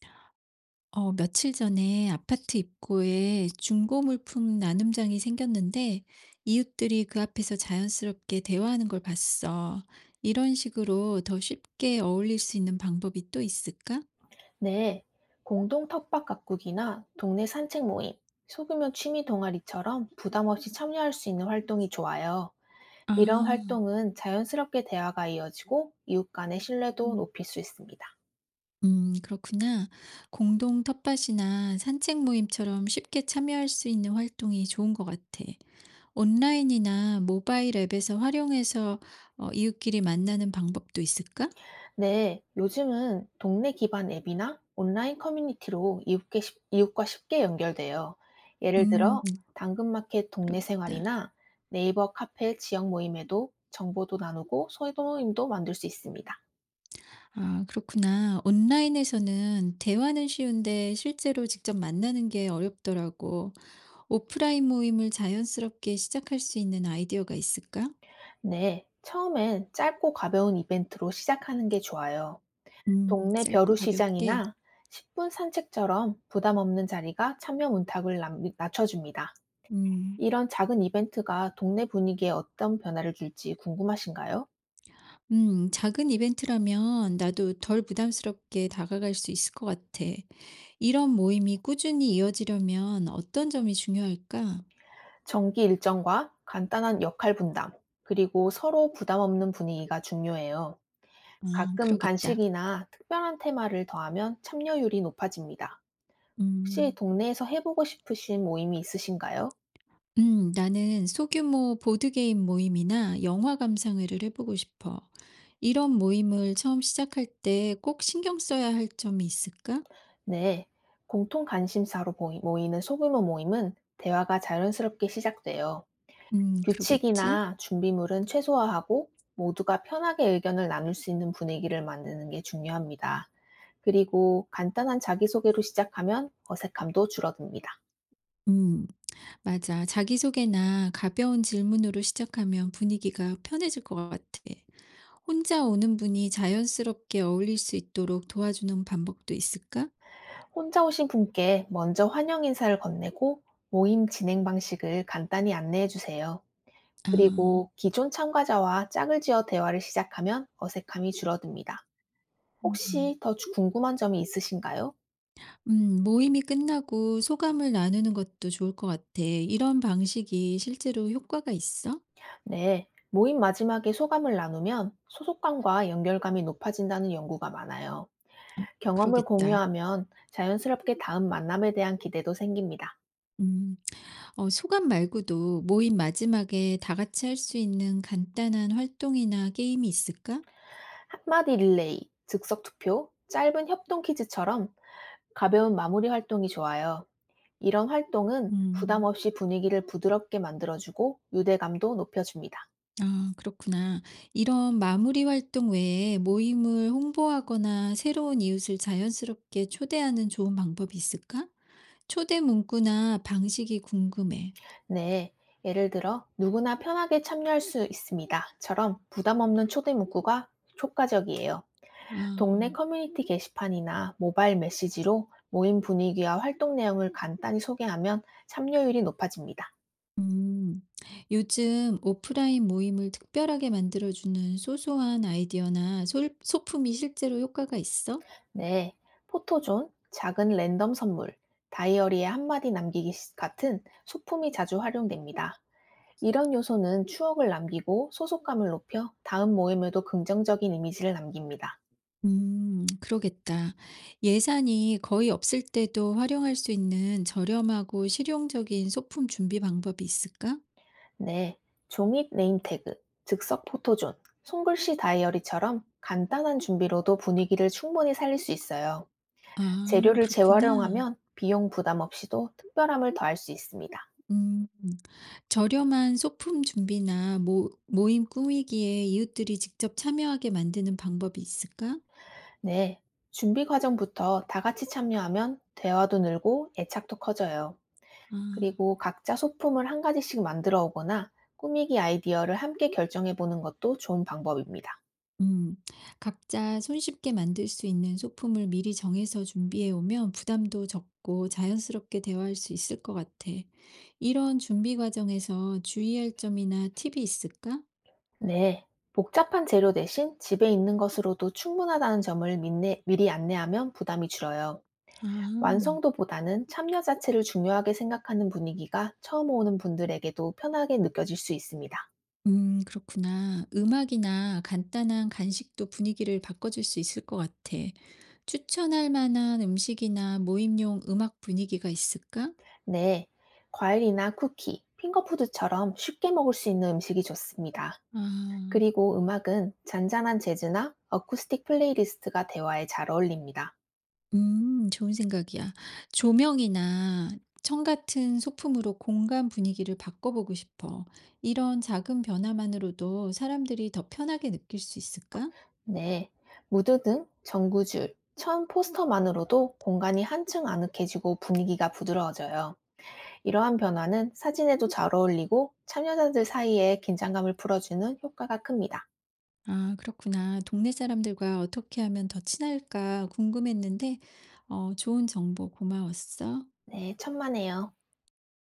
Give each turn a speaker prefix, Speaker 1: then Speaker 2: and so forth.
Speaker 1: 며칠 전에 아파트 입구에 중고 물품 나눔장이 생겼는데 이웃들이 그 앞에서 자연스럽게 대화하는 걸 봤어. 이런 식으로 더 쉽게 어울릴 수 있는 방법이 또 있을까?
Speaker 2: 네, 공동 텃밭 가꾸기나 동네 산책 모임, 소규모 취미 동아리처럼 부담 없이 참여할 수 있는 활동이 좋아요.
Speaker 1: 아,
Speaker 2: 이런 활동은 자연스럽게 대화가 이어지고 이웃 간의 신뢰도
Speaker 1: 음,
Speaker 2: 높일 수 있습니다.
Speaker 1: 그렇구나. 공동 텃밭이나 산책 모임처럼 쉽게 참여할 수 있는 활동이 좋은 것 같아. 온라인이나 모바일 앱에서 활용해서 이웃끼리 만나는 방법도 있을까?
Speaker 2: 네, 요즘은 동네 기반 앱이나 온라인 커뮤니티로 이웃과 쉽게 연결돼요. 예를
Speaker 1: 음,
Speaker 2: 들어, 당근마켓 동네
Speaker 1: 그러겠다.
Speaker 2: 생활이나 네이버 카페 지역 모임에도 정보도 나누고 소모임도 만들 수 있습니다.
Speaker 1: 아, 그렇구나. 온라인에서는 대화는 쉬운데 실제로 직접 만나는 게 어렵더라고. 오프라인 모임을 자연스럽게 시작할 수 있는 아이디어가 있을까?
Speaker 2: 네, 처음엔 짧고 가벼운 이벤트로 시작하는 게 좋아요. 동네
Speaker 1: 짧고 가볍게.
Speaker 2: 벼루시장이나 10분 산책처럼 부담 없는 자리가 참여 낮춰줍니다.
Speaker 1: 음,
Speaker 2: 이런 작은 이벤트가 동네 분위기에 어떤 변화를 줄지 궁금하신가요?
Speaker 1: 작은 이벤트라면 나도 덜 부담스럽게 다가갈 수 있을 것 같아. 이런 모임이 꾸준히 이어지려면 어떤 점이 중요할까?
Speaker 2: 정기 일정과 간단한 역할 분담, 그리고 서로 부담 없는 분위기가 중요해요.
Speaker 1: 아,
Speaker 2: 가끔
Speaker 1: 그러겠다.
Speaker 2: 간식이나 특별한 테마를 더하면 참여율이 높아집니다. 혹시
Speaker 1: 음.
Speaker 2: 동네에서 해보고 싶으신 모임이 있으신가요?
Speaker 1: 나는 소규모 보드게임 모임이나 영화 감상회를 해보고 싶어. 이런 모임을 처음 시작할 때 꼭 신경 써야 할 점이 있을까?
Speaker 2: 네, 공통 관심사로 모이는 소규모 모임은 대화가 자연스럽게 시작돼요.
Speaker 1: 그러겠지.
Speaker 2: 규칙이나 준비물은 최소화하고 모두가 편하게 의견을 나눌 수 있는 분위기를 만드는 게 중요합니다. 그리고 간단한 자기소개로 시작하면 어색함도 줄어듭니다.
Speaker 1: 음, 맞아. 자기소개나 가벼운 질문으로 시작하면 분위기가 편해질 것 같아. 혼자 오는 분이 자연스럽게 어울릴 수 있도록 도와주는 방법도 있을까?
Speaker 2: 혼자 오신 분께 먼저 환영 인사를 건네고 모임 진행 방식을 간단히 안내해 주세요.
Speaker 1: 아,
Speaker 2: 그리고 기존 참가자와 짝을 지어 대화를 시작하면 어색함이 줄어듭니다.
Speaker 1: 음.
Speaker 2: 혹시 궁금한 점이 있으신가요?
Speaker 1: 모임이 끝나고 소감을 나누는 것도 좋을 것 같아. 이런 방식이 실제로 효과가 있어?
Speaker 2: 네. 모임 마지막에 소감을 나누면 소속감과 연결감이 높아진다는 연구가 많아요. 경험을
Speaker 1: 그러겠다.
Speaker 2: 공유하면 자연스럽게 다음 만남에 대한 기대도 생깁니다.
Speaker 1: 음, 소감 말고도 모임 마지막에 다 같이 할 수 있는 간단한 활동이나 게임이 있을까?
Speaker 2: 한마디 릴레이, 즉석 투표, 짧은 협동 퀴즈처럼 가벼운 마무리 활동이 좋아요. 이런 활동은 부담
Speaker 1: 음,
Speaker 2: 없이 분위기를 부드럽게 만들어주고 유대감도 높여줍니다.
Speaker 1: 아, 그렇구나. 이런 마무리 활동 외에 모임을 홍보하거나 새로운 이웃을 자연스럽게 초대하는 좋은 방법이 있을까? 초대 문구나 방식이 궁금해.
Speaker 2: 네, 예를 들어 "누구나 편하게 참여할 수 있습니다."처럼 부담 없는 초대 문구가 효과적이에요. 동네
Speaker 1: 아.
Speaker 2: 커뮤니티 게시판이나 모바일 메시지로 모임 분위기와 활동 내용을 간단히 소개하면 참여율이 높아집니다.
Speaker 1: 음, 요즘 오프라인 모임을 특별하게 만들어주는 소소한 아이디어나 소품이 실제로 효과가 있어?
Speaker 2: 네, 포토존, 작은 랜덤 선물, 다이어리에 한마디 같은 소품이 자주 활용됩니다. 이런 요소는 추억을 남기고 소속감을 높여 다음 모임에도 긍정적인 이미지를 남깁니다.
Speaker 1: 그러겠다. 예산이 거의 없을 때도 활용할 수 있는 저렴하고 실용적인 소품 준비 방법이 있을까?
Speaker 2: 네, 종이 네임태그, 즉석 포토존, 손글씨 다이어리처럼 간단한 준비로도 분위기를 충분히 살릴 수 있어요.
Speaker 1: 아,
Speaker 2: 재료를
Speaker 1: 그렇구나.
Speaker 2: 재활용하면 비용 부담 없이도 특별함을 더할 수 있습니다.
Speaker 1: 음, 저렴한 소품 준비나 모임 꾸미기에 이웃들이 직접 참여하게 만드는 방법이 있을까?
Speaker 2: 네, 준비 과정부터 다 같이 참여하면 대화도 늘고 애착도 커져요.
Speaker 1: 아.
Speaker 2: 그리고 각자 소품을 한 가지씩 만들어 오거나 꾸미기 아이디어를 함께 결정해 보는 것도 좋은 방법입니다.
Speaker 1: 음, 각자 손쉽게 만들 수 있는 소품을 미리 정해서 준비해 오면 부담도 적고 자연스럽게 대화할 수 있을 것 같아. 이런 준비 과정에서 주의할 점이나 팁이 있을까?
Speaker 2: 네, 복잡한 재료 대신 집에 있는 것으로도 충분하다는 점을 미리 안내하면 부담이 줄어요.
Speaker 1: 아,
Speaker 2: 완성도보다는 참여 자체를 중요하게 생각하는 분위기가 처음 오는 분들에게도 편하게 느껴질 수 있습니다.
Speaker 1: 그렇구나. 음악이나 간단한 간식도 분위기를 바꿔줄 수 있을 것 같아. 추천할 만한 음식이나 모임용 음악 분위기가 있을까?
Speaker 2: 네, 과일이나 쿠키, 핑거푸드처럼 쉽게 먹을 수 있는 음식이 좋습니다.
Speaker 1: 아.
Speaker 2: 그리고 음악은 잔잔한 재즈나 어쿠스틱 플레이리스트가 대화에 잘 어울립니다.
Speaker 1: 좋은 생각이야. 조명이나 청 같은 소품으로 공간 분위기를 바꿔보고 싶어. 이런 작은 변화만으로도 사람들이 더 편하게 느낄 수 있을까?
Speaker 2: 네, 무드 등 전구줄, 천 포스터만으로도 공간이 한층 아늑해지고 분위기가 부드러워져요. 이러한 변화는 사진에도 잘 어울리고 참여자들 사이에 긴장감을 풀어주는 효과가 큽니다.
Speaker 1: 아, 그렇구나. 동네 사람들과 어떻게 하면 더 친할까 궁금했는데, 좋은 정보 고마웠어.
Speaker 2: 네, 천만에요.